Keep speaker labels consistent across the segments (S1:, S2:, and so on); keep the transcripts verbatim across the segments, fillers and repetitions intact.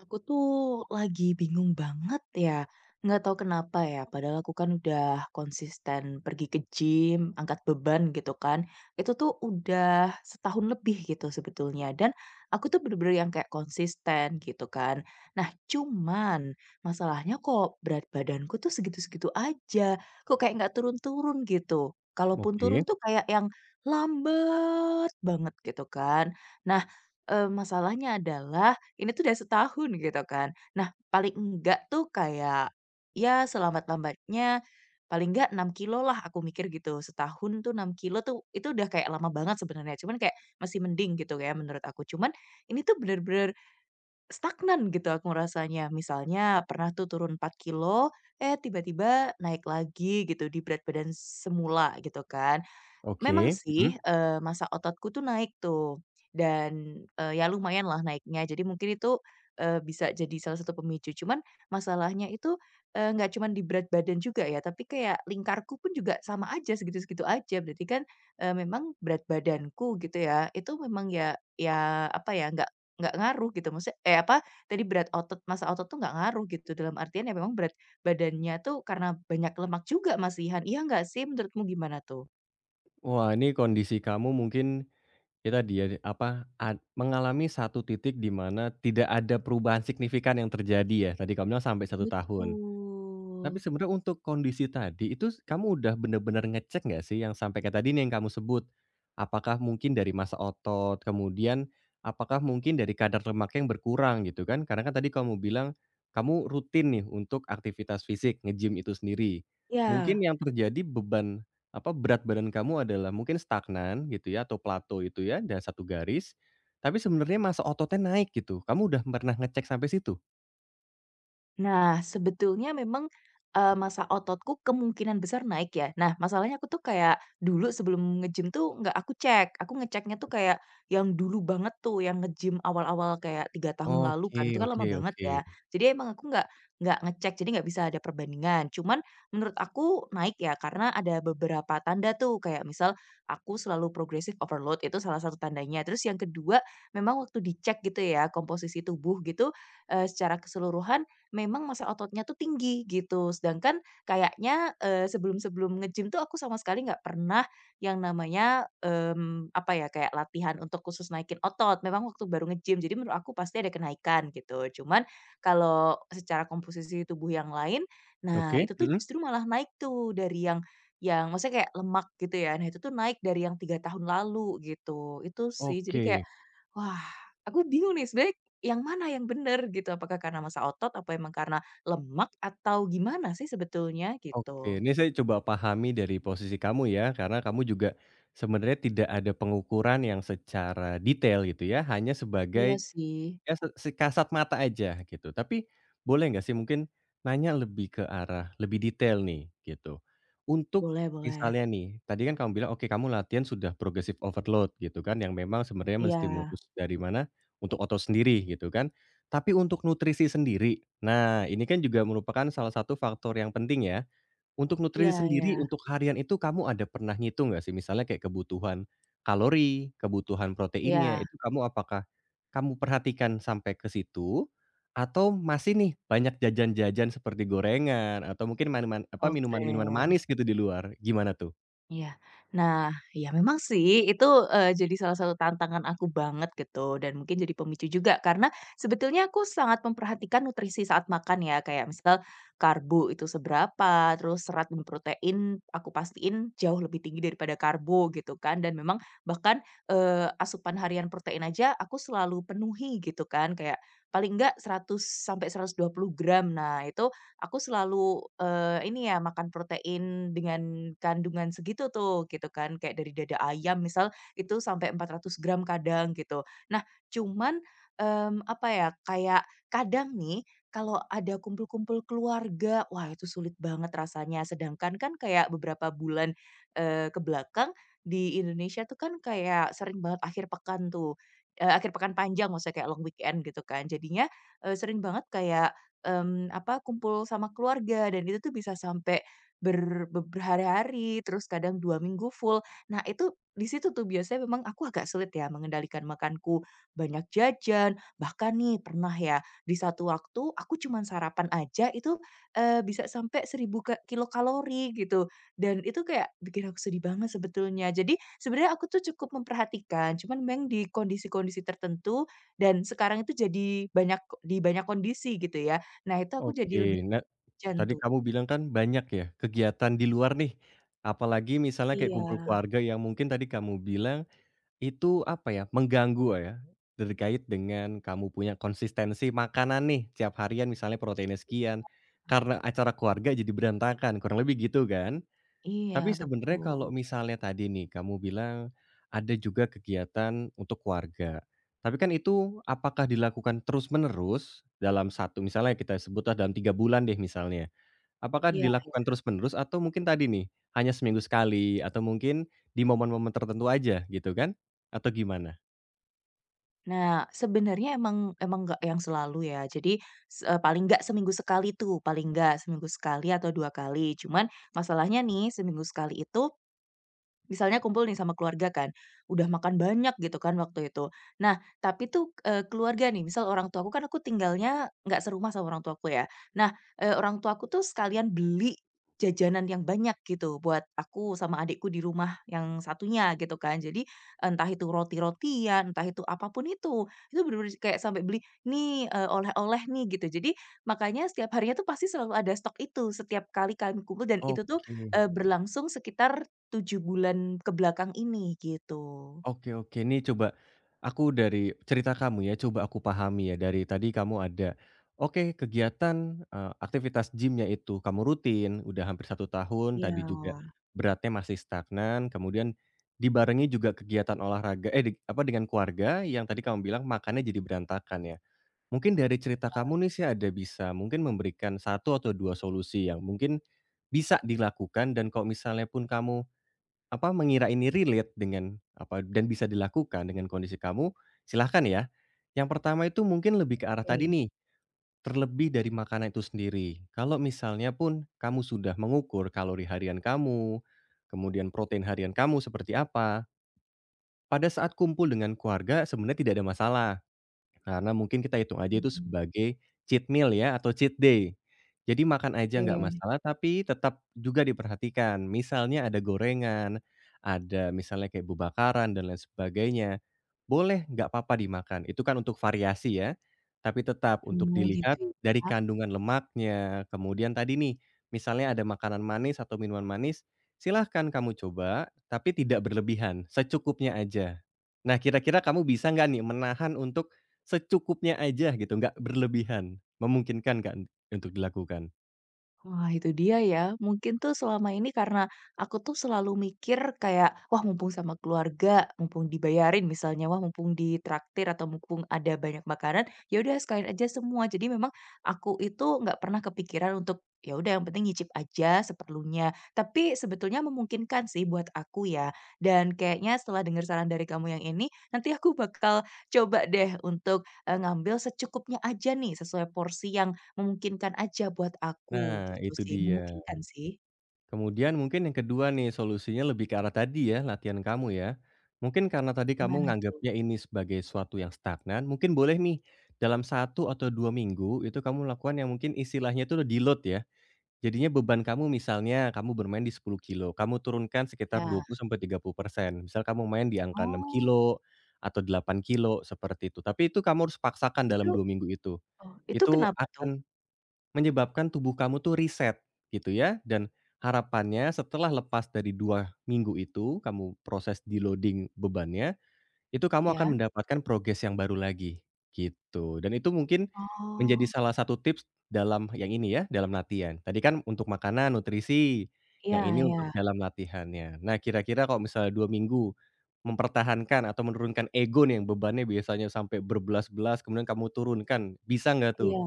S1: Aku tuh lagi bingung banget ya, nggak tahu kenapa ya. Padahal aku kan udah konsisten pergi ke gym, angkat beban gitu kan. Itu tuh udah setahun lebih gitu sebetulnya. Dan aku tuh bener-bener yang kayak konsisten gitu kan. Nah cuman masalahnya kok berat badanku tuh segitu-segitu aja. Kok kayak nggak turun-turun gitu. Kalaupun turun
S2: Oke
S1: tuh kayak yang lambat banget gitu kan. Nah eh, masalahnya adalah ini tuh udah setahun gitu kan. Nah, paling enggak tuh kayak, ya selambat-lambatnya paling enggak enam kilo lah aku mikir gitu. Setahun tuh enam kilo tuh itu udah kayak lama banget sebenarnya, cuman kayak masih mending gitu ya menurut aku. Cuman ini tuh bener-bener stagnan gitu aku ngerasanya. Misalnya pernah tuh turun empat kilo, eh tiba-tiba naik lagi gitu di berat badan semula gitu kan. Memang
S2: oke, mhm.
S1: sih, eee, massa ototku tuh naik tuh dan, eee, ya lumayanlah naiknya. Jadi mungkin itu, eee, bisa jadi salah satu pemicu. Cuman masalahnya itu, eee, nggak cuman di berat badan juga ya, tapi kayak lingkarku pun juga sama aja, segitu-segitu aja. Berarti kan, eee, memang berat badanku gitu ya, itu memang ya ya apa ya, nggak nggak ngaruh gitu. Maksudnya eh, apa tadi berat otot massa otot tuh nggak ngaruh gitu, dalam artian ya memang berat badannya tuh karena banyak lemak juga masihan. Iya nggak sih? Menurutmu gimana tuh?
S2: Wah, ini kondisi kamu mungkin ya tadi ya, apa, ad mengalami satu titik di mana tidak ada perubahan signifikan yang terjadi ya, tadi kamu bilang sampai satu tahun. Tapi
S1: Betul.
S2: sebenarnya untuk kondisi tadi itu s kamu udah bener-bener ngecek nggak sih yang sampai kayak tadi nih yang kamu sebut, apakah mungkin dari massa otot, kemudian apakah mungkin dari kadar lemaknya yang berkurang gitu kan? Karena kan tadi kamu bilang kamu rutin nih untuk aktivitas fisik, nge-gym itu sendiri. Mungkin
S1: Ya.
S2: yang terjadi beban, apa, berat badan kamu adalah mungkin stagnan gitu ya atau plato itu ya dan satu garis, tapi sebenarnya massa ototnya naik gitu. Kamu udah pernah ngecek sampai situ?
S1: Nah, sebetulnya memang, eee, massa ototku kemungkinan besar naik ya. Nah, masalahnya aku tuh kayak dulu sebelum nge-gym tuh nggak aku cek. Aku ngeceknya tuh kayak yang dulu banget tuh, yang nge-gym awal-awal kayak tiga tahun lalu kan,
S2: Oke
S1: itu kan lama
S2: oke
S1: banget
S2: oke.
S1: ya. Jadi emang aku nggak nggak ngecek, jadi nggak bisa ada perbandingan. Cuman menurut aku naik ya, karena ada beberapa tanda tuh, kayak misal aku selalu progressive overload, itu salah satu tandanya. Terus yang kedua, memang waktu dicek gitu ya, komposisi tubuh gitu, eee, secara keseluruhan memang massa ototnya tuh tinggi gitu. Sedangkan kayaknya, eee, sebelum-sebelum nge-gym tuh aku sama sekali nggak pernah yang namanya, mmm, apa ya, kayak latihan untuk khusus naikin otot. Memang waktu baru nge-gym, jadi menurut aku pasti ada kenaikan gitu. Cuman kalau secara komposisi tubuh yang lain, nah
S2: Oke,
S1: itu tuh
S2: mhm?
S1: justru malah naik tuh dari yang yang maksudnya kayak lemak gitu ya, nah itu tuh naik dari yang tiga tahun lalu gitu, itu sih. Jadi kayak.
S2: Oke
S1: Wah, aku bingung nih sebenarnya yang mana yang benar gitu, apakah karena massa otot, apa emang karena lemak atau gimana sih sebetulnya
S2: oke,
S1: gitu?
S2: ini saya coba pahami dari posisi kamu ya, karena kamu juga sebenarnya tidak ada pengukuran yang secara detail gitu ya, hanya
S1: Iya
S2: sebagai
S1: sih,
S2: ya se sekasat mata aja gitu, tapi boleh nggak sih mungkin nanya lebih ke arah lebih detail nih gitu. Untuk
S1: boleh boleh.
S2: misalnya nih, tadi kan kamu bilang, oke kamu latihan sudah progressive overload gitu kan, yang memang sebenarnya
S1: Iya,
S2: menstimulus dari mana, untuk otot sendiri gitu kan. Tapi untuk nutrisi sendiri, nah ini kan juga merupakan salah satu faktor yang penting ya. Untuk
S1: iya
S2: nutrisi
S1: iya,
S2: sendiri, untuk harian itu kamu ada pernah ngitung nggak sih? Misalnya kayak kebutuhan kalori, kebutuhan proteinnya,
S1: iya,
S2: itu kamu apakah kamu perhatikan sampai ke situ? Atau masih nih banyak jajan-jajan seperti gorengan atau mungkin maniman apa,
S1: oke.
S2: minuman-minuman manis gitu di luar, gimana tuh?
S1: Iya. Nah, ya memang sih itu, eee, jadi salah satu tantangan aku banget gitu dan mungkin jadi pemicu juga karena sebetulnya aku sangat memperhatikan nutrisi saat makan ya, kayak misal karbo itu seberapa, terus serat dan protein aku pastiin jauh lebih tinggi daripada karbo gitu kan dan memang bahkan, eee, asupan harian protein aja aku selalu penuhi gitu kan, kayak paling enggak seratus sampai seratus dua puluh gram. Nah itu aku selalu, eee, ini ya makan protein dengan kandungan segitu tuh gitu kan, kayak dari dada ayam misal itu sampai empat ratus gram kadang gitu. Nah cuman, mmm, apa ya, kayak kadang nih kalau ada kumpul-kumpul keluarga, wah itu sulit banget rasanya. Sedangkan kan kayak beberapa bulan, eee, ke belakang di Indonesia tuh kan kayak sering banget akhir pekan tuh, eee, akhir pekan panjang maksudnya kayak long weekend gitu kan. Jadinya, eee, sering banget kayak Mmm, apa, kumpul sama keluarga dan itu tuh bisa sampai ber be berhari-hari, terus kadang dua minggu full. Nah itu di situ tuh biasanya memang aku agak sulit ya mengendalikan makanku, banyak jajan, bahkan nih pernah ya di satu waktu aku cuman sarapan aja itu, eee, bisa sampai seribu ka kilokalori gitu, dan itu kayak bikin aku sedih banget sebetulnya. Jadi sebenarnya aku tuh cukup memperhatikan, cuman memang di kondisi-kondisi tertentu dan sekarang itu jadi banyak di banyak kondisi gitu ya. Nah, itu aku jadi lebih
S2: Oke, nah
S1: hujan
S2: tadi
S1: tuh.
S2: kamu bilang kan banyak ya kegiatan di luar nih, apalagi misalnya kayak kumpul
S1: Iya
S2: keluarga yang mungkin tadi kamu bilang itu apa ya, mengganggu eh, ya, terkait dengan kamu punya konsistensi makanan nih, tiap harian misalnya proteinnya sekian, karena acara keluarga jadi berantakan, kurang lebih gitu kan?
S1: iya,
S2: Tapi sebenarnya
S1: betul.
S2: kalau misalnya tadi nih, kamu bilang ada juga kegiatan untuk keluarga, tapi kan itu apakah dilakukan terus-menerus dalam satu misalnya kita sebutlah dalam tiga bulan deh misalnya. Apakah
S1: Iya.
S2: dilakukan terus-menerus atau mungkin tadi nih, hanya seminggu sekali atau mungkin di momen-momen tertentu aja gitu kan? Atau gimana?
S1: Nah, sebenarnya emang emang nggak yang selalu ya. Jadi, se eee, paling nggak seminggu sekali tuh, paling nggak seminggu sekali atau dua kali. Cuman masalahnya nih seminggu sekali itu. Misalnya kumpul nih sama keluarga kan, udah makan banyak gitu kan waktu itu. Nah, tapi tuh, eee, keluarga nih, misal orang tuaku kan aku tinggalnya nggak serumah sama orang tuaku ya. Nah, eee, orang tuaku tuh sekalian beli jajanan yang banyak gitu buat aku sama adikku di rumah yang satunya gitu kan. Jadi entah itu roti-rotian, entah itu apapun itu, itu bener-bener kayak sampai beli, "Nih, eee, oleh-oleh nih," gitu. Jadi makanya setiap harinya tuh pasti selalu ada stok itu setiap kali kami kumpul dan itu tuh,
S2: Oke
S1: eee, berlangsung sekitar tujuh bulan ke belakang ini, gitu.
S2: oke oke. Ini coba aku dari cerita kamu ya, coba aku pahami ya dari tadi kamu ada, oke kegiatan, eee, aktivitas gymnya itu kamu rutin, udah hampir satu tahun,
S1: Iya,
S2: tadi juga beratnya masih stagnan, kemudian dibarengi juga kegiatan olahraga eh, di apa, dengan keluarga yang tadi kamu bilang makannya jadi berantakan ya. Mungkin dari cerita kamu nih sih ada bisa mungkin memberikan satu atau dua solusi yang mungkin bisa dilakukan dan kalau misalnya pun kamu, apa, mengira ini relate dengan apa, dan bisa dilakukan dengan kondisi kamu, silahkan ya. Yang pertama itu mungkin lebih ke arah tadi
S1: oke.
S2: nih, terlebih dari makanan itu sendiri. Kalau misalnya pun kamu sudah mengukur kalori harian kamu, kemudian protein harian kamu seperti apa, pada saat kumpul dengan keluarga sebenarnya tidak ada masalah. Karena mungkin kita hitung aja itu
S1: Mhm.
S2: sebagai cheat meal ya atau cheat day. Jadi makan aja nggak
S1: Oke.
S2: masalah, tapi tetap juga diperhatikan. Misalnya ada gorengan, ada misalnya kayak bubakaran dan lain sebagainya. Boleh, nggak apa-apa dimakan. Itu kan untuk variasi ya. Tapi tetap untuk
S1: Oh, gitu
S2: dilihat dari
S1: ya.
S2: kandungan lemaknya. Kemudian tadi nih, misalnya ada makanan manis atau minuman manis, silahkan kamu coba, tapi tidak berlebihan, secukupnya aja. Nah, kira-kira kamu bisa nggak nih menahan untuk secukupnya aja gitu, nggak berlebihan, memungkinkan kan untuk dilakukan.
S1: Wah, itu dia ya. Mungkin tuh selama ini karena aku tuh selalu mikir kayak, wah mumpung sama keluarga, mumpung dibayarin misalnya, wah mumpung ditraktir atau mumpung ada banyak makanan, ya udah sekalian aja semua. Jadi memang aku itu nggak pernah kepikiran untuk ya udah yang penting nyicip aja seperlunya. Tapi sebetulnya memungkinkan sih buat aku ya. Dan kayaknya setelah dengar saran dari kamu yang ini, nanti aku bakal coba deh untuk eh, ngambil secukupnya aja nih sesuai porsi yang memungkinkan aja buat aku
S2: Nah,
S1: gitu
S2: itu
S1: sih,
S2: dia.
S1: memungkinkan sih.
S2: Kemudian mungkin yang kedua nih, solusinya lebih ke arah tadi ya, latihan kamu ya. Mungkin karena tadi kamu
S1: Gimana tuh?
S2: nganggapnya ini sebagai suatu yang stagnan, mungkin boleh nih dalam satu atau dua minggu itu kamu lakukan yang mungkin istilahnya itu deload ya. Jadinya beban kamu misalnya kamu bermain di sepuluh kilo, kamu turunkan sekitar
S1: Ya.
S2: dua puluh sampai tiga puluh persen. Misal kamu main di angka enam
S1: Oh,
S2: kilo atau delapan kilo seperti itu. Tapi itu kamu harus paksakan
S1: itu
S2: dalam dua minggu itu.
S1: oh, itu
S2: Itu
S1: kenapa tuh?
S2: akan menyebabkan tubuh kamu tuh reset gitu ya dan harapannya setelah lepas dari dua minggu itu, kamu proses deloading bebannya, itu kamu akan
S1: Ya.
S2: mendapatkan progres yang baru lagi, gitu. Dan itu mungkin menjadi
S1: Oh,
S2: salah satu tips dalam yang ini ya, dalam latihan. Tadi kan untuk makanan, nutrisi, yang
S1: iya
S2: ini
S1: iya,
S2: untuk dalam latihannya. Nah, kira-kira kalau misalnya dua minggu mempertahankan atau menurunkan ego nih yang bebannya biasanya sampai berbelas-belas kemudian kamu turunkan, bisa nggak tuh?
S1: iya.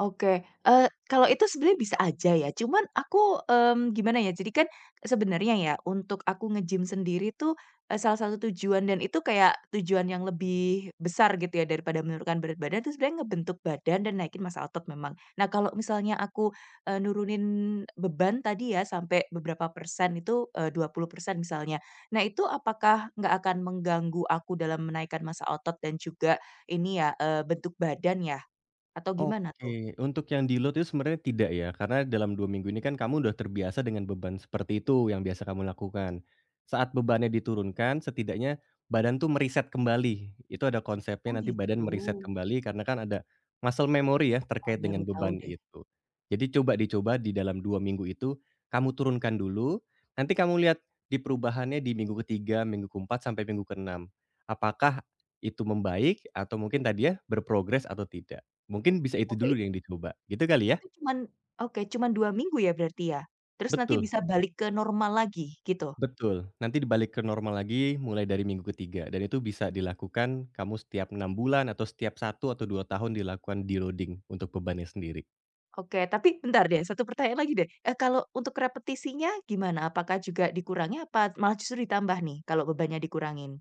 S1: Oke, eee, kalau itu sebenarnya bisa aja ya, cuman aku, mmm, gimana ya, jadi kan sebenarnya ya untuk aku nge-gym sendiri tuh, eee, salah satu tujuan dan itu kayak tujuan yang lebih besar gitu ya daripada menurunkan berat badan tuh sebenarnya ngebentuk badan dan naikin massa otot memang. Nah kalau misalnya aku, eee, nurunin beban tadi ya sampai beberapa persen itu, eee, dua puluh persen misalnya. Nah itu apakah nggak akan mengganggu aku dalam menaikkan massa otot dan juga ini ya, eee, bentuk badan ya? Atau gimana tuh?
S2: Oke, untuk yang deload itu sebenarnya tidak ya, karena dalam dua minggu ini kan kamu udah terbiasa dengan beban seperti itu yang biasa kamu lakukan. Saat bebannya diturunkan, setidaknya badan tuh meriset kembali. Itu ada
S1: Oh
S2: konsepnya nanti
S1: gitu,
S2: badan meriset kembali karena kan ada muscle memory ya
S1: wah
S2: terkait
S1: baru
S2: dengan
S1: tahu
S2: beban
S1: deh.
S2: itu. Jadi coba dicoba di dalam dua minggu itu kamu turunkan dulu, nanti kamu lihat di perubahannya di minggu ketiga, minggu keempat sampai minggu keenam, apakah itu membaik atau mungkin tadi ya berprogres atau tidak. Mungkin bisa itu
S1: Oke,
S2: dulu
S1: it
S2: yang dicoba, gitu kali ya?
S1: itu cuman oke, cuman dua minggu ya berarti ya? Terus nanti
S2: Betul
S1: bisa balik ke normal lagi gitu?
S2: betul, nanti dibalik ke normal lagi mulai dari minggu ketiga. Dan itu bisa dilakukan kamu setiap enam bulan atau setiap satu atau dua tahun dilakukan deloading untuk bebannya sendiri.
S1: Oke, tapi bentar deh, satu pertanyaan lagi deh, eee, kalau untuk repetisinya gimana? Apakah juga dikurangi apa malah justru ditambah nih kalau bebannya dikurangin?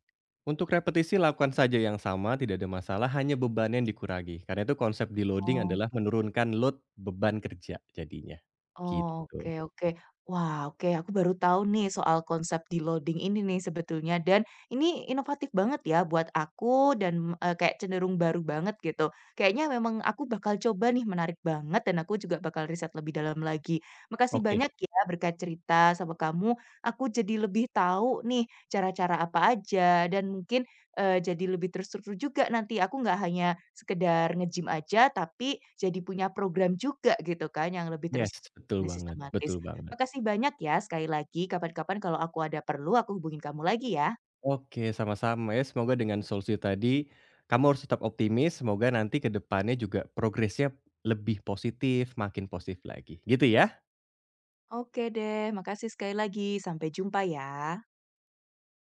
S2: Untuk repetisi lakukan saja yang sama, tidak ada masalah, hanya beban yang dikurangi, karena itu konsep deloading
S1: Oh.
S2: adalah menurunkan load beban kerja jadinya, gitu.
S1: Oke oke. Wah, oke, aku baru tahu nih soal konsep deloading ini nih sebetulnya dan ini inovatif banget ya buat aku dan, eee, kayak cenderung baru banget gitu. Kayaknya memang aku bakal coba nih, menarik banget dan aku juga bakal riset lebih dalam lagi. Makasih
S2: Oke,
S1: banyak ya berkat cerita sama kamu, aku jadi lebih tahu nih cara-cara apa aja dan mungkin, eee, jadi lebih terstruktur juga nanti. Aku nggak hanya sekedar nge-gym aja, tapi jadi punya program juga gitu kan yang lebih
S2: yes,
S1: terstruktur.
S2: betul
S1: Dan
S2: banget
S1: sistematis.
S2: betul banget.
S1: Makasih banyak ya sekali lagi, kapan-kapan kalau aku ada perlu aku hubungin kamu lagi ya.
S2: Oke, sama-sama ya. Semoga dengan solusi tadi, kamu harus tetap optimis. Semoga nanti ke depannya juga progresnya lebih positif, makin positif lagi, gitu ya?
S1: Oke deh, makasih sekali lagi. Sampai jumpa ya.